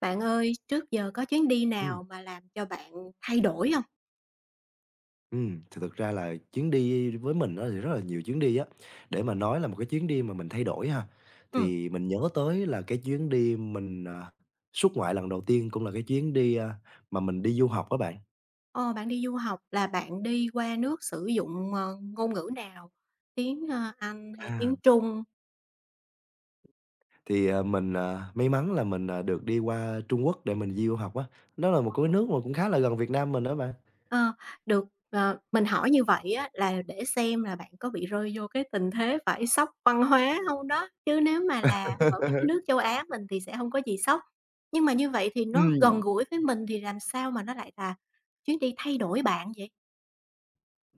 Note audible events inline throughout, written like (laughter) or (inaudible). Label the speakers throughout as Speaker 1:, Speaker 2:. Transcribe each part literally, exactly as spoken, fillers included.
Speaker 1: Bạn ơi, trước giờ có chuyến đi
Speaker 2: Ừm,
Speaker 1: nào mà làm cho bạn thay đổi không?
Speaker 2: ừm, thì thực ra là chuyến đi với mình á thì rất là nhiều chuyến đi á, để mà nói là một cái chuyến đi mà mình thay đổi ha,
Speaker 1: Ừ,
Speaker 2: thì mình nhớ tới là cái chuyến đi mình, à, xuất ngoại lần đầu tiên cũng là cái chuyến đi, a, mà mình đi du học á bạn.
Speaker 1: ờ, bạn đi du học là bạn đi qua nước sử dụng, ờ, ngôn ngữ nào? Tiếng, ơ, Anh hay
Speaker 2: À,
Speaker 1: tiếng Trung?
Speaker 2: thì, à, mình, à, may mắn là mình, à, được đi qua Trung Quốc để mình đi du học á, đó là một cái nước mà cũng khá là gần Việt Nam mình đó bạn.
Speaker 1: Ờ, được, ờ, mình hỏi như vậy á là để xem là bạn có bị rơi vô cái tình thế phải sốc văn hóa không đó, chứ nếu mà là ở mấy cái
Speaker 2: (laughs)
Speaker 1: nước châu Á mình thì sẽ không có gì sốc. Nhưng mà như vậy thì nó gần
Speaker 2: Ừm.
Speaker 1: gũi với mình thì làm sao mà nó lại là chuyến đi thay đổi bạn vậy?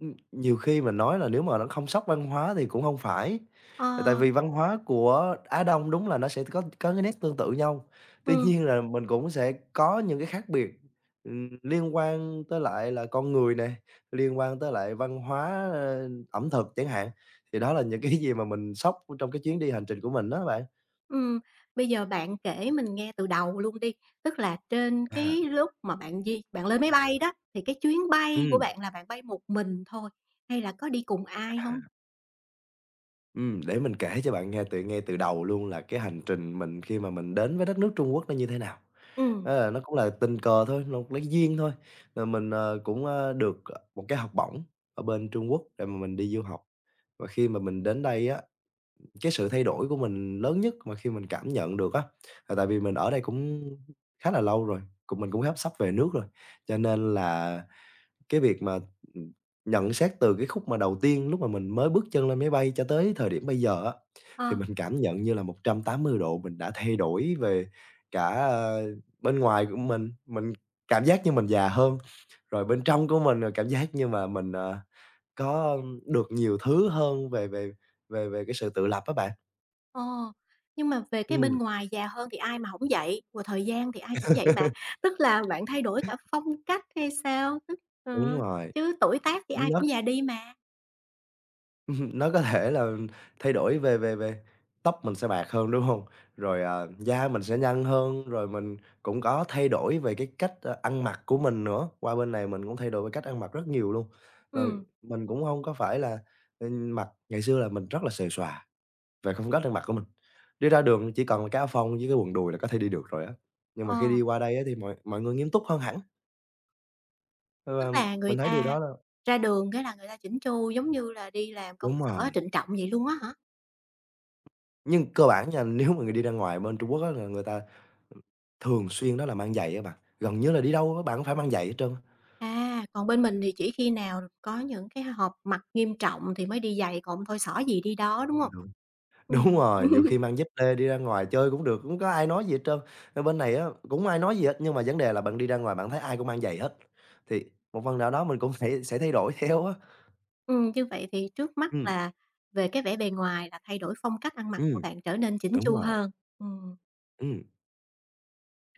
Speaker 2: Ừm, nhiều khi mình nói là nếu mà nó không sốc văn hóa thì cũng không phải,
Speaker 1: Ờ,
Speaker 2: tại vì văn hóa của Á Đông đúng là nó sẽ có có cái nét tương tự nhau. Tuy
Speaker 1: ừ.
Speaker 2: nhiên là mình cũng sẽ có những cái khác biệt, ừm, liên quan tới lại là con người nè, liên quan tới lại văn hóa, ơ, ẩm thực chẳng hạn, thì đó là những cái gì mà mình sốc trong cái chuyến đi hành trình của mình đó bạn.
Speaker 1: Ừm, Bây giờ bạn kể mình nghe từ đầu luôn đi, tức là trên cái
Speaker 2: À,
Speaker 1: lúc mà bạn di bạn lên máy bay đó, thì cái chuyến bay của
Speaker 2: ừm.
Speaker 1: bạn là bạn bay một mình thôi hay là có đi cùng ai không?
Speaker 2: Ừm, để mình kể cho bạn nghe từ ngay từ đầu luôn là cái hành trình mình khi mà mình đến với đất nước Trung Quốc nó như thế nào.
Speaker 1: Ừ,
Speaker 2: Ờ, nó cũng là tình cờ thôi, nó lấy duyên thôi. Rồi mình, ờ, cũng, ơ, được, ờ, một cái học bổng ở bên Trung Quốc để mà mình đi du học. Và khi mà mình đến đây á, cái sự thay đổi của mình lớn nhất mà khi mình cảm nhận được á, là tại vì mình ở đây cũng khá là lâu rồi, cũng mình cũng háp sắp về nước rồi, cho nên là cái việc mà, nhận xét từ cái khúc mà đầu tiên lúc mà mình mới bước chân lên máy bay cho tới thời điểm bây giờ á, thì
Speaker 1: ờ,
Speaker 2: mình cảm nhận như là một trăm tám mươi độ mình đã thay đổi về cả, a, bên ngoài của mình, mình cảm giác như mình già hơn, rồi bên trong của mình, là cảm giác như mà mình, ờ, có được nhiều thứ hơn về về về về cái sự tự lập á bạn.
Speaker 1: ờ, nhưng mà về cái bên
Speaker 2: Ừm,
Speaker 1: ngoài già hơn thì ai mà không vậy, và thời gian thì ai cũng vậy mà,
Speaker 2: (laughs)
Speaker 1: tức là bạn thay đổi cả phong cách hay sao? Tức
Speaker 2: đúng
Speaker 1: ờ,
Speaker 2: rồi,
Speaker 1: Chứ tuổi tác thì ai
Speaker 2: nó
Speaker 1: cũng già đi mà.
Speaker 2: (laughs) Nó có thể là thay đổi về về về tóc mình sẽ bạc hơn, đúng không? Rồi, à, da mình sẽ nhăn hơn, rồi mình cũng có thay đổi về cái cách, a, ăn mặc của mình nữa. Qua bên này mình cũng thay đổi về cách ăn mặc rất nhiều luôn. Rồi
Speaker 1: Ừ,
Speaker 2: mình cũng không có phải là, ừm, mặc ngày xưa là mình rất là xề xòa về phong cách ăn mặc của mình. Đi ra đường chỉ cần là cái áo phông với cái quần đùi là có thể đi được rồi á. Nhưng mà
Speaker 1: ờ,
Speaker 2: khi đi qua đây á thì mọi mọi người nghiêm túc hơn hẳn,
Speaker 1: tức
Speaker 2: và
Speaker 1: là người
Speaker 2: mình thấy điều
Speaker 1: ta
Speaker 2: đó là
Speaker 1: ra đường cái là người ta chỉnh chu giống như là đi làm công
Speaker 2: đúng
Speaker 1: sở
Speaker 2: rồi.
Speaker 1: trịnh trọng vậy luôn á hả?
Speaker 2: Nhưng cơ bản nha, nếu mà người đi ra ngoài bên Trung Quốc á là người ta thường xuyên đó là mang giày á bạn, gần như là đi đâu á bạn cũng phải mang giày hết trơn á.
Speaker 1: À, còn bên mình thì chỉ khi nào có những cái họp mặt nghiêm trọng thì mới đi giày, còn thôi xỏ gì đi đó, đúng hông?
Speaker 2: Đúng. Đúng
Speaker 1: Ừm.
Speaker 2: rồi, nhiều
Speaker 1: (laughs)
Speaker 2: khi mang dép lê đi ra ngoài chơi cũng được, cũng có ai nói gì hết trơn. Ở bên này á, cũng hông ai nói gì hết, nhưng mà vấn đề là bạn đi ra ngoài bạn thấy ai cũng mang giày hết, thì một phần nào đó mình cũng (laughs) sẽ sẽ thay đổi theo á.
Speaker 1: Ừm, như vậy thì trước mắt
Speaker 2: Ừm,
Speaker 1: là về cái vẻ bề ngoài là thay đổi phong cách ăn mặc của
Speaker 2: ừm,
Speaker 1: bạn trở nên chỉnh
Speaker 2: đúng
Speaker 1: chu
Speaker 2: rồi,
Speaker 1: hơn. Ừm,
Speaker 2: ừm,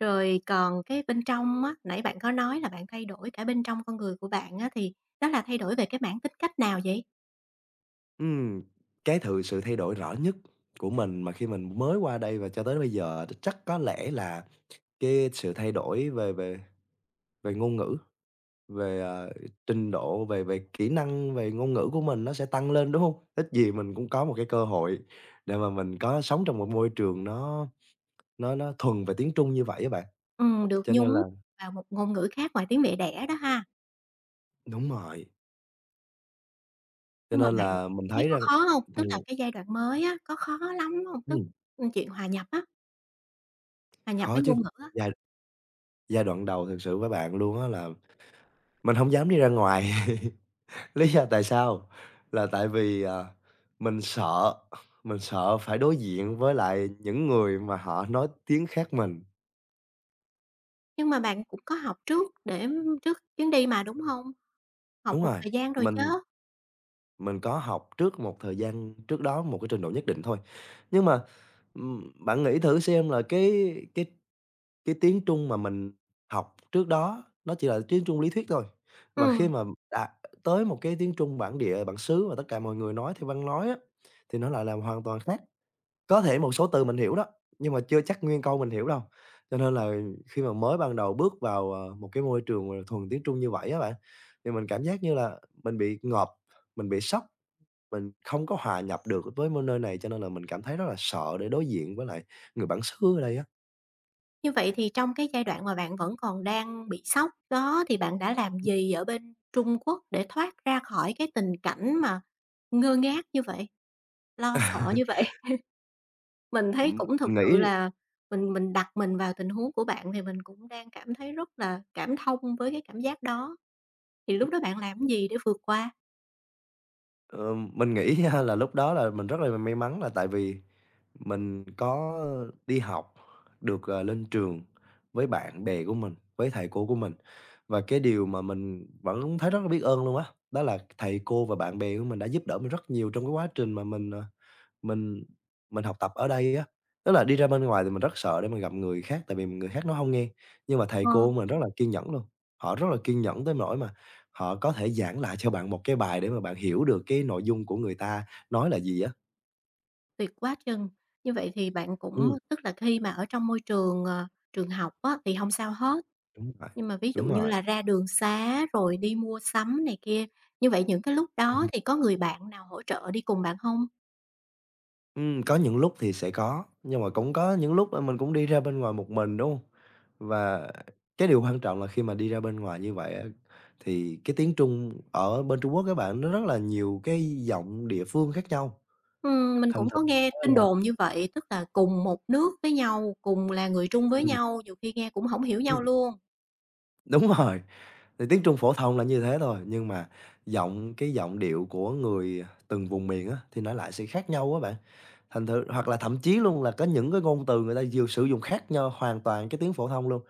Speaker 1: Rồi còn cái bên trong á, nãy bạn có nói là bạn thay đổi cả bên trong con người của bạn á, thì đó là thay đổi về cái mảng tính cách nào vậy?
Speaker 2: ừm. Cái thự sự thay đổi rõ nhất của mình mà khi mình mới qua đây và cho tới bây giờ chắc có lẽ là cái sự thay đổi về về về ngôn ngữ. Về, ờ, trình độ, về về kỹ năng, về ngôn ngữ của mình nó sẽ tăng lên, đúng không? Ít gì mình cũng có một cái cơ hội để mà mình có sống trong một môi trường nó nó nó thuần về tiếng Trung như vậy á bạn.
Speaker 1: Ừm, được
Speaker 2: Cho nên là
Speaker 1: nhúng vào một ngôn ngữ khác ngoài tiếng mẹ đẻ đó ha.
Speaker 2: đúng rồi, cho
Speaker 1: Nhưng mà
Speaker 2: nên
Speaker 1: bạn
Speaker 2: là mình
Speaker 1: thấy
Speaker 2: thấy
Speaker 1: có
Speaker 2: rằng
Speaker 1: khó hông? Tức
Speaker 2: thằng
Speaker 1: là cái giai đoạn mới á, có khó lắm hông? Tức,
Speaker 2: ừm,
Speaker 1: ừm, chuyện hòa nhập á, hòa nhập với
Speaker 2: khó chứ,
Speaker 1: ngôn ngữ á,
Speaker 2: giai giai đoạn đầu thực sự với bạn luôn á là mình không dám đi ra ngoài. (laughs) Lý do tại sao? Là tại vì, ờ, mình sợ, mình sợ phải đối diện với lại những người mà họ nói tiếng khác mình.
Speaker 1: nhưng mà bạn cũng có học trước để trước chuyến đi mà, đúng hông? Học
Speaker 2: Đúng
Speaker 1: một
Speaker 2: rồi,
Speaker 1: thời gian rồi chớ?
Speaker 2: mình mình có học trước một thời gian trước đó một cái trình độ nhất định thôi. Nhưng mà, ừm, bạn nghĩ thử xem là cái cái cái tiếng Trung mà mình học trước đó nó chỉ là tiếng Trung lý thuyết thôi, và khi
Speaker 1: Ừm,
Speaker 2: mà đã tới một cái tiếng Trung bản địa, bản xứ mà tất cả mọi người nói theo văn nói á, thì nó lại là hoàn toàn khác. Có thể một số từ mình hiểu đó, nhưng mà chưa chắc nguyên câu mình hiểu đâu. Cho nên là khi mà mới ban đầu bước vào, ờ, một cái môi trường, ờ, thuần tiếng Trung như vậy á bạn, thì mình cảm giác như là mình bị ngợp, mình bị sốc, mình không có hòa nhập được với môi nơi này, cho nên là mình cảm thấy rất là sợ để đối diện với lại người bản xứ ở đây á.
Speaker 1: Như vậy thì trong cái giai đoạn mà bạn vẫn còn đang bị sốc đó thì bạn đã làm gì ở bên Trung Quốc để thoát ra khỏi cái tình cảnh mà ngơ ngác như vậy, lo sợ như vậy? Mình thấy
Speaker 2: Ừm,
Speaker 1: cũng thực
Speaker 2: mình
Speaker 1: sự
Speaker 2: nghĩ,
Speaker 1: là mình mình đặt mình vào tình huống của bạn thì mình cũng đang cảm thấy rất là cảm thông với cái cảm giác đó, thì lúc đó bạn làm cái gì để vượt qua?
Speaker 2: ờ, mình nghĩ nha là lúc đó là mình rất là may mắn là tại vì mình có đi học được, ờ, lên trường với bạn bè của mình, với thầy cô của mình. Và cái điều mà mình vẫn thấy rất là biết ơn luôn á, đó là thầy cô và bạn bè của mình đã giúp đỡ mình rất nhiều trong cái quá trình mà mình, ờ, mình mình học tập ở đây á. Tức là đi ra bên ngoài thì mình rất sợ để mà gặp người khác, tại vì người khác nó không nghe, nhưng mà thầy
Speaker 1: Ờ,
Speaker 2: cô của mình rất là kiên nhẫn luôn, họ rất là kiên nhẫn tới nỗi mà họ có thể giảng lại cho bạn một cái bài để mà bạn hiểu được cái nội dung của người ta nói là gì á.
Speaker 1: tuyệt quá chừng! Như vậy thì bạn cũng
Speaker 2: Ừm,
Speaker 1: tức là khi mà ở trong môi trường, ờ, trường học á thì không sao hết,
Speaker 2: đúng rồi,
Speaker 1: nhưng mà ví dụ
Speaker 2: đúng
Speaker 1: như
Speaker 2: rồi.
Speaker 1: là ra đường xá rồi đi mua sắm này kia, như vậy những cái lúc đó
Speaker 2: Ừm,
Speaker 1: thì có người bạn nào hỗ trợ đi cùng bạn không?
Speaker 2: có những lúc thì sẽ có, nhưng mà cũng có những lúc, a, mình cũng đi ra bên ngoài một mình, đúng hông? Và cái điều quan trọng là khi mà đi ra bên ngoài như vậy á, thì cái tiếng Trung ở bên Trung Quốc á bạn, nó rất là nhiều cái giọng địa phương khác nhau,
Speaker 1: Ừm, mình
Speaker 2: thành
Speaker 1: cũng
Speaker 2: thử
Speaker 1: có nghe
Speaker 2: á
Speaker 1: tin
Speaker 2: là
Speaker 1: đồn như vậy, tức là cùng một nước với nhau, cùng là người Trung với nhau, nhiều khi nghe cũng hổng hiểu nhau
Speaker 2: ừm.
Speaker 1: luôn.
Speaker 2: Đúng rồi, thì tiếng Trung phổ thông là như thế thôi, nhưng mà giọng cái giọng điệu của người từng vùng miền á, thì nó lại sẽ khác nhau á bạn. Thành thử hoặc là thậm chí luôn là có những cái ngôn từ người ta dùng sử dụng khác nhau hoàn toàn cái tiếng phổ thông luôn,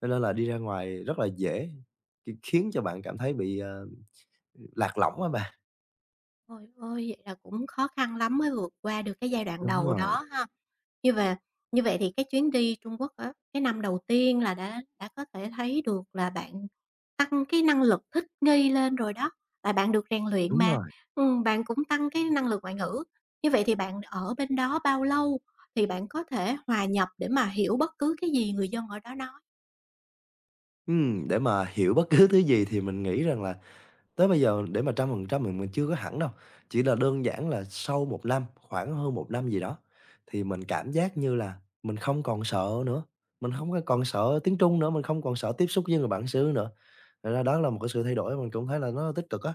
Speaker 2: cho nên là đi ra ngoài rất là dễ k khiến cho bạn cảm thấy bị, ờ, lạc lõng á bạn.
Speaker 1: Trời ôi vậy là cũng khó khăn lắm mới vượt qua được cái giai đoạn
Speaker 2: Đúng
Speaker 1: đầu
Speaker 2: rồi,
Speaker 1: đó ha. Như và Như vậy thì cái chuyến đi Trung Quốc á, cái năm đầu tiên là đã đã có thể thấy được là bạn tăng cái năng lực thích nghi lên rồi đó, tại bạn được rèn luyện
Speaker 2: đúng
Speaker 1: mà,
Speaker 2: rồi.
Speaker 1: ừm, bạn cũng tăng cái năng lực ngoại ngữ. Như vậy thì bạn ở bên đó bao lâu thì bạn có thể hòa nhập để mà hiểu bất cứ cái gì người dân ở đó nói?
Speaker 2: Ừm, để mà hiểu bất cứ thứ gì thì mình nghĩ rằng là tới bây giờ để mà trăm phần trăm mình mình chưa có hẳn đâu, chỉ là đơn giản là sau một năm, khoảng hơn một năm gì đó, thì mình cảm giác như là mình không còn sợ nữa, mình không có còn sợ tiếng Trung nữa, mình không còn sợ tiếp xúc với người bản xứ nữa. Thành ra đó là một cái sự thay đổi mình cũng thấy là nó tích cực á.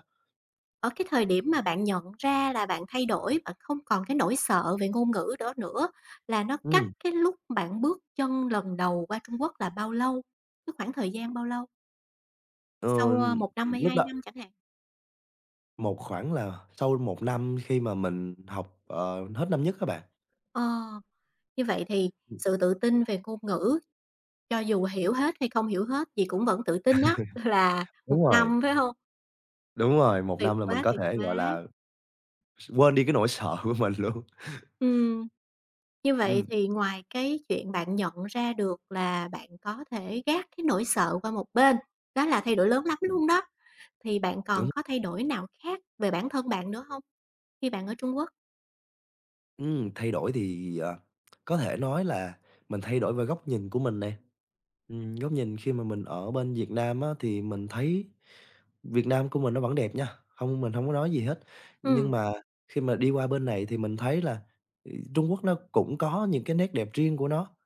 Speaker 1: Ở cái thời điểm mà bạn nhận ra là bạn thay đổi, bạn không còn cái nỗi sợ về ngôn ngữ đó nữa, là nó cách
Speaker 2: Ừm,
Speaker 1: cái lúc bạn bước chân lần đầu qua Trung Quốc là bao lâu? Cái khoảng thời gian bao lâu? Sau,
Speaker 2: ờ,
Speaker 1: ơ, một năm hay
Speaker 2: lúc
Speaker 1: hai
Speaker 2: đó
Speaker 1: năm chẳng hạn?
Speaker 2: một khoảng là sau một năm khi mà mình học, ờ, hết năm nhất các bạn.
Speaker 1: Ờ, như vậy thì
Speaker 2: Ừm,
Speaker 1: sự tự tin về ngôn ngữ, cho dù hiểu hết hay không hiểu hết gì cũng vẫn tự tin đó (laughs) là một
Speaker 2: đúng rồi,
Speaker 1: năm, phải không?
Speaker 2: đúng rồi, một
Speaker 1: Tuyệt
Speaker 2: năm là mình
Speaker 1: quá,
Speaker 2: có
Speaker 1: tuyệt
Speaker 2: thể, gọi
Speaker 1: quá!
Speaker 2: là, quên đi cái nỗi sợ của mình luôn.
Speaker 1: Ừm. Như vậy
Speaker 2: Ừm,
Speaker 1: thì ngoài cái chuyện bạn nhận ra được là bạn có thể gác cái nỗi sợ qua một bên, đó là thay đổi lớn lắm
Speaker 2: ừm,
Speaker 1: luôn đó, thì bạn còn
Speaker 2: đúng.
Speaker 1: có thay đổi nào khác về bản thân bạn nữa không khi bạn ở Trung Quốc?
Speaker 2: Ừm, thay đổi thì, ờ, có thể nói là mình thay đổi về góc nhìn của mình nè. Ừm, góc nhìn khi mà mình ở bên Việt Nam á, thì mình thấy Việt Nam của mình nó vẫn đẹp nha, không mình không có nói gì hết. Nhưng
Speaker 1: Ừm,
Speaker 2: mà khi mà đi qua bên này thì mình thấy là, ừ, Trung Quốc nó cũng có những cái nét đẹp riêng của nó,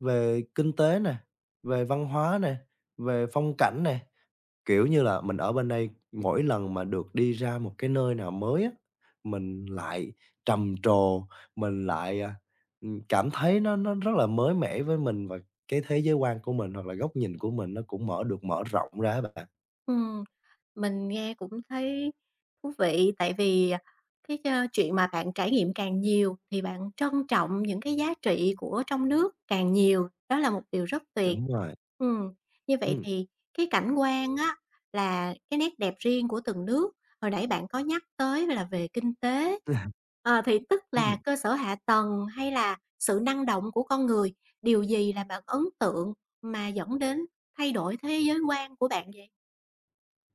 Speaker 2: về kinh tế nè, về văn hóa nè, về phong cảnh nè. Kiểu như là, mình ở bên đây mỗi lần mà được đi ra một cái nơi nào mới á, mình lại trầm trồ, mình lại, à, ừm, cảm thấy nó nó rất là mới mẻ với mình và cái thế giới quan của mình hoặc là góc nhìn của mình nó cũng mở được mở rộng ra á bạn.
Speaker 1: ừm. Mình nghe cũng thấy thú vị, tại vì, à, cái, ơ, chuyện mà bạn trải nghiệm càng nhiều thì bạn trân trọng những cái giá trị của trong nước càng nhiều, đó là một điều rất tuyệt.
Speaker 2: Đúng rồi.
Speaker 1: Ừm, Như vậy
Speaker 2: Ừm,
Speaker 1: thì cái cảnh quan á là cái nét đẹp riêng của từng nước, hồi nãy bạn có nhắc tới là về kinh tế,
Speaker 2: (laughs)
Speaker 1: ờ, thì tức
Speaker 2: ừm,
Speaker 1: là cơ sở hạ tầng hay là sự năng động của con người, điều gì là bạn ấn tượng mà dẫn đến thay đổi thế giới quan của bạn vậy?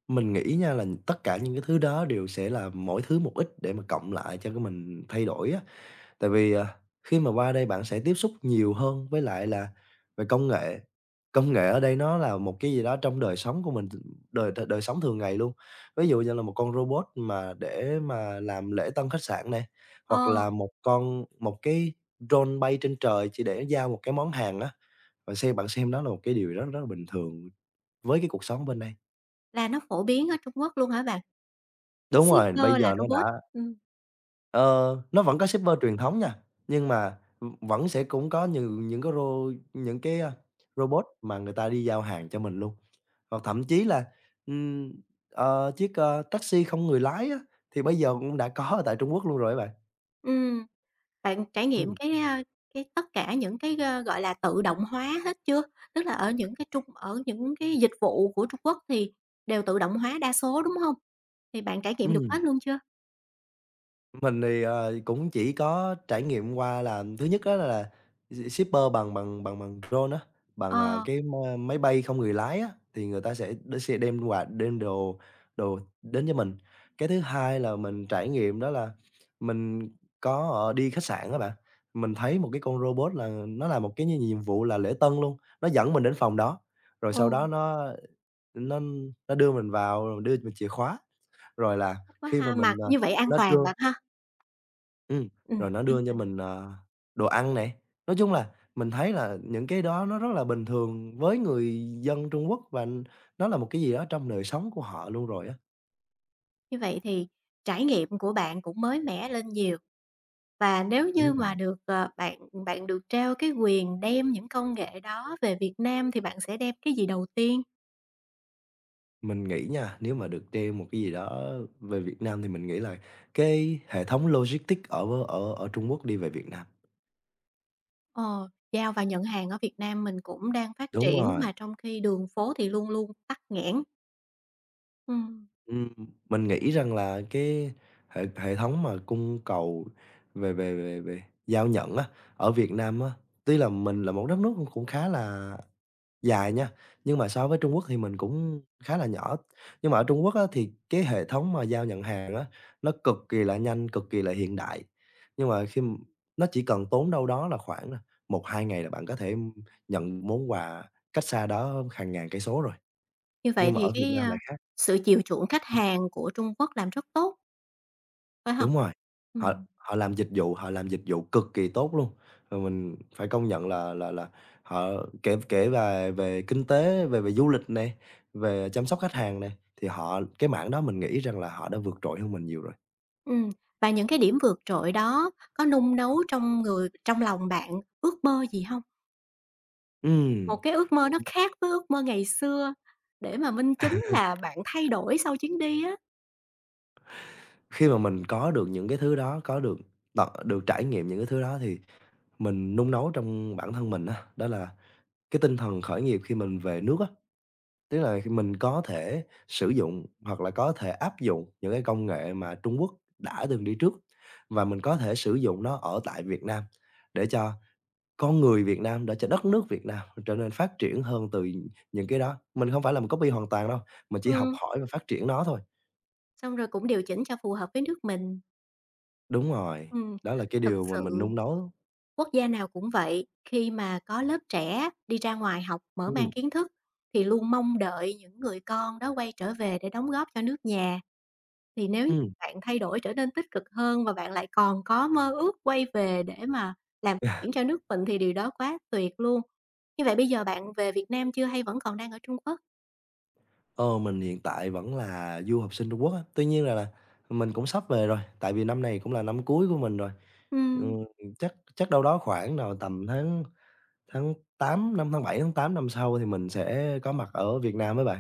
Speaker 2: mình nghĩ nha là tất cả những cái thứ đó đều sẽ là mỗi thứ một ít để mà cộng lại cho cái mình thay đổi á. Tại vì, à, khi mà qua đây bạn sẽ tiếp xúc nhiều hơn với lại là về công nghệ. Công nghệ ở đây nó là một cái gì đó trong đời sống của mình, đời đời sống thường ngày luôn. Ví dụ như là một con robot mà để mà làm lễ tân khách sạn này, hoặc
Speaker 1: Ờ.
Speaker 2: là một con một cái drone bay trên trời chỉ để giao một cái món hàng á. Bạn xem bạn xem đó là một cái điều rất rất là bình thường với cái cuộc sống bên đây.
Speaker 1: Là nó phổ biến ở Trung Quốc luôn hả bạn?
Speaker 2: Đúng rồi, bây
Speaker 1: Shipper là
Speaker 2: giờ nó đã...
Speaker 1: robot. Ừm,
Speaker 2: Ờ, nó vẫn có shipper truyền thống nha, nhưng mà, ừm, vẫn sẽ cũng có nhiều những cái ro những cái, a, robot mà người ta đi giao hàng cho mình luôn. Hoặc thậm chí là, ừm, ờ, chiếc, ơ, taxi không người lái á, thì bây giờ cũng đã có ở tại Trung Quốc luôn rồi á bạn.
Speaker 1: ừm, Bạn trải nghiệm
Speaker 2: Ừm,
Speaker 1: cái, a, cái tất cả những cái, ơ, gọi là, tự động hóa hết chưa? Tức là ở những cái trung ở những cái dịch vụ của Trung Quốc thì đều tự động hóa đa số, đúng hông? Thì bạn trải nghiệm được
Speaker 2: ừm.
Speaker 1: hết luôn chưa?
Speaker 2: Mình thì, ờ, cũng chỉ có trải nghiệm qua là thứ nhất đó là s shipper bằng bằng bằng bằng drone á, bằng, à,
Speaker 1: Ờ,
Speaker 2: cái ma máy bay không người lái á, thì người ta sẽ đ sẽ đem quà đem đồ đồ đến cho mình. Cái thứ hai là mình trải nghiệm đó là mình có ở đi khách sạn các bạn, mình thấy một cái con robot là nó làm một cái nh nhiệm vụ là lễ tân luôn, nó dẫn mình đến phòng đó, rồi sau
Speaker 1: ừ,
Speaker 2: đó nó nó nó đưa mình vào, rồi đưa mình chìa khóa, rồi là
Speaker 1: thích quá
Speaker 2: khi mà
Speaker 1: ha, mà
Speaker 2: mình, à,
Speaker 1: như vậy an
Speaker 2: nó
Speaker 1: toàn
Speaker 2: đưa...
Speaker 1: bạn ha?
Speaker 2: Ừm,
Speaker 1: Ừm,
Speaker 2: rồi nó
Speaker 1: an
Speaker 2: đưa cho
Speaker 1: toàn.
Speaker 2: mình, ờ, đồ ăn nè. Nói chung là mình thấy là những cái đó nó rất là bình thường với người dân Trung Quốc, và nó là một cái gì đó trong đời sống của họ luôn rồi á.
Speaker 1: Như vậy thì trải nghiệm của bạn cũng mới mẻ lên nhiều. Và nếu như
Speaker 2: Đúng
Speaker 1: mà
Speaker 2: rồi.
Speaker 1: được, ờ, bạn bạn được trao cái quyền đem những công nghệ đó về Việt Nam thì bạn sẽ đem cái gì đầu tiên?
Speaker 2: Mình nghĩ nha, nếu mà được treo một cái gì đó về Việt Nam thì mình nghĩ là cái hệ thống logistics ở ở ở Trung Quốc đi về Việt Nam.
Speaker 1: Ờ, giao và nhận hàng ở Việt Nam mình cũng đang phát
Speaker 2: Đúng
Speaker 1: triển
Speaker 2: rồi.
Speaker 1: mà trong khi đường phố thì luôn luôn tắc nghẽn. Ừm,
Speaker 2: Ừm, mình nghĩ rằng là cái hệ hệ thống mà cung cầu về về về về giao nhận á, ở Việt Nam á, tuy là mình là một đất nước cũng cũng khá là dài nha, nhưng mà so với Trung Quốc thì mình cũng khá là nhỏ. Nhưng mà ở Trung Quốc á, thì cái hệ thống mà giao nhận hàng á, nó cực kỳ là nhanh, cực kỳ là hiện đại. Nhưng mà khi m Nó chỉ cần tốn đâu đó là khoảng một hai ngày là bạn có thể nhận món quà cách xa đó hàng ngàn cây số rồi,
Speaker 1: Như vậy
Speaker 2: nhưng mà
Speaker 1: thì
Speaker 2: ở Việt
Speaker 1: cái,
Speaker 2: Nam lại
Speaker 1: a,
Speaker 2: khác.
Speaker 1: sự chiều chuộng khách hàng của Trung Quốc làm rất tốt. Phải không?
Speaker 2: Đúng rồi, họ
Speaker 1: Ừm,
Speaker 2: họ làm dịch vụ, họ làm dịch vụ cực kỳ tốt luôn, và mình phải công nhận là là là họ kể kể về về kinh tế, về về du lịch nè, về chăm sóc khách hàng nè, thì họ cái mảng đó mình nghĩ rằng là họ đã vượt trội hơn mình nhiều rồi.
Speaker 1: ừm, và những cái điểm vượt trội đó có nung nấu trong người trong lòng bạn ước mơ gì không? Một
Speaker 2: Ừm,
Speaker 1: cái ước mơ nó khác với ước mơ ngày xưa, để mà minh chứng là bạn thay đổi sau chuyến đi á.
Speaker 2: khi mà mình có được những cái thứ đó, có được tận được trải nghiệm những cái thứ đó thì mình nung nấu trong bản thân mình á, đó là cái tinh thần khởi nghiệp khi mình về nước á. Tức là khi mình có thể sử dụng hoặc là có thể áp dụng những cái công nghệ mà Trung Quốc đã từng đi trước, và mình có thể sử dụng nó ở tại Việt Nam để cho con người Việt Nam, để cho đất nước Việt Nam trở nên phát triển hơn từ những cái đó. Mình không phải là mình copy hoàn toàn đâu, mình chỉ học
Speaker 1: Ừm,
Speaker 2: hỏi và phát triển nó thôi.
Speaker 1: Xong rồi cũng điều chỉnh cho phù hợp với nước mình.
Speaker 2: Đúng rồi,
Speaker 1: Ừm,
Speaker 2: đó là cái
Speaker 1: Thực
Speaker 2: điều mà mình
Speaker 1: sự
Speaker 2: nung nấu.
Speaker 1: quốc gia nào cũng vậy, khi mà có lớp trẻ đi ra ngoài học mở mang
Speaker 2: Ừm,
Speaker 1: kiến thức thì luôn mong đợi những người con đó quay trở về để đóng góp cho nước nhà. Thì nếu như
Speaker 2: ừm.
Speaker 1: bạn thay đổi trở nên tích cực hơn và bạn lại còn có mơ ước quay về để mà làm diễn cho nước mình thì điều đó quá tuyệt luôn. Như vậy bây giờ bạn về Việt Nam chưa hay vẫn còn đang ở Trung Quốc?
Speaker 2: Ờ, mình hiện tại vẫn là du học sinh Trung Quốc á, tuy nhiên là là mình cũng sắp về rồi, tại vì năm này cũng là năm cuối của mình rồi. Ừ,
Speaker 1: Ừm.
Speaker 2: chắc chắc đâu đó khoảng nào tầm tháng tháng tám năm tháng bảy tháng tám năm sau thì mình sẽ có mặt ở Việt Nam với bạn.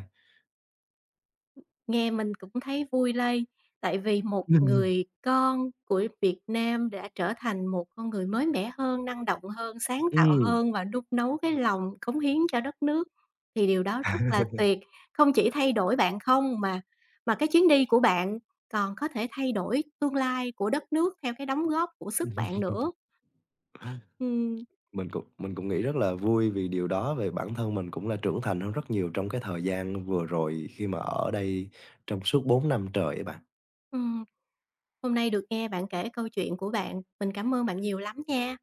Speaker 1: Nghe mình cũng thấy vui lây, tại vì một
Speaker 2: (laughs)
Speaker 1: người con của Việt Nam đã trở thành một con người mới mẻ hơn, năng động hơn, sáng tạo
Speaker 2: Ừm,
Speaker 1: hơn và nung nấu cái lòng cống hiến cho đất nước, thì điều đó rất là tuyệt. Không chỉ thay đổi bạn không mà mà cái chuyến đi của bạn còn có thể thay đổi tương lai của đất nước theo cái đóng góp của sức bạn nữa. Ừm,
Speaker 2: mình cũng mình cũng nghĩ rất là vui vì điều đó, về bản thân mình cũng là trưởng thành hơn rất nhiều trong cái thời gian vừa rồi khi mà ở đây trong suốt bốn năm trời ấy bạn.
Speaker 1: ừm, hôm nay được nghe bạn kể câu chuyện của bạn, mình cảm ơn bạn nhiều lắm nha.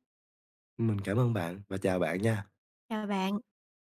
Speaker 2: Mình cảm ơn bạn và chào bạn nha.
Speaker 1: Chào bạn.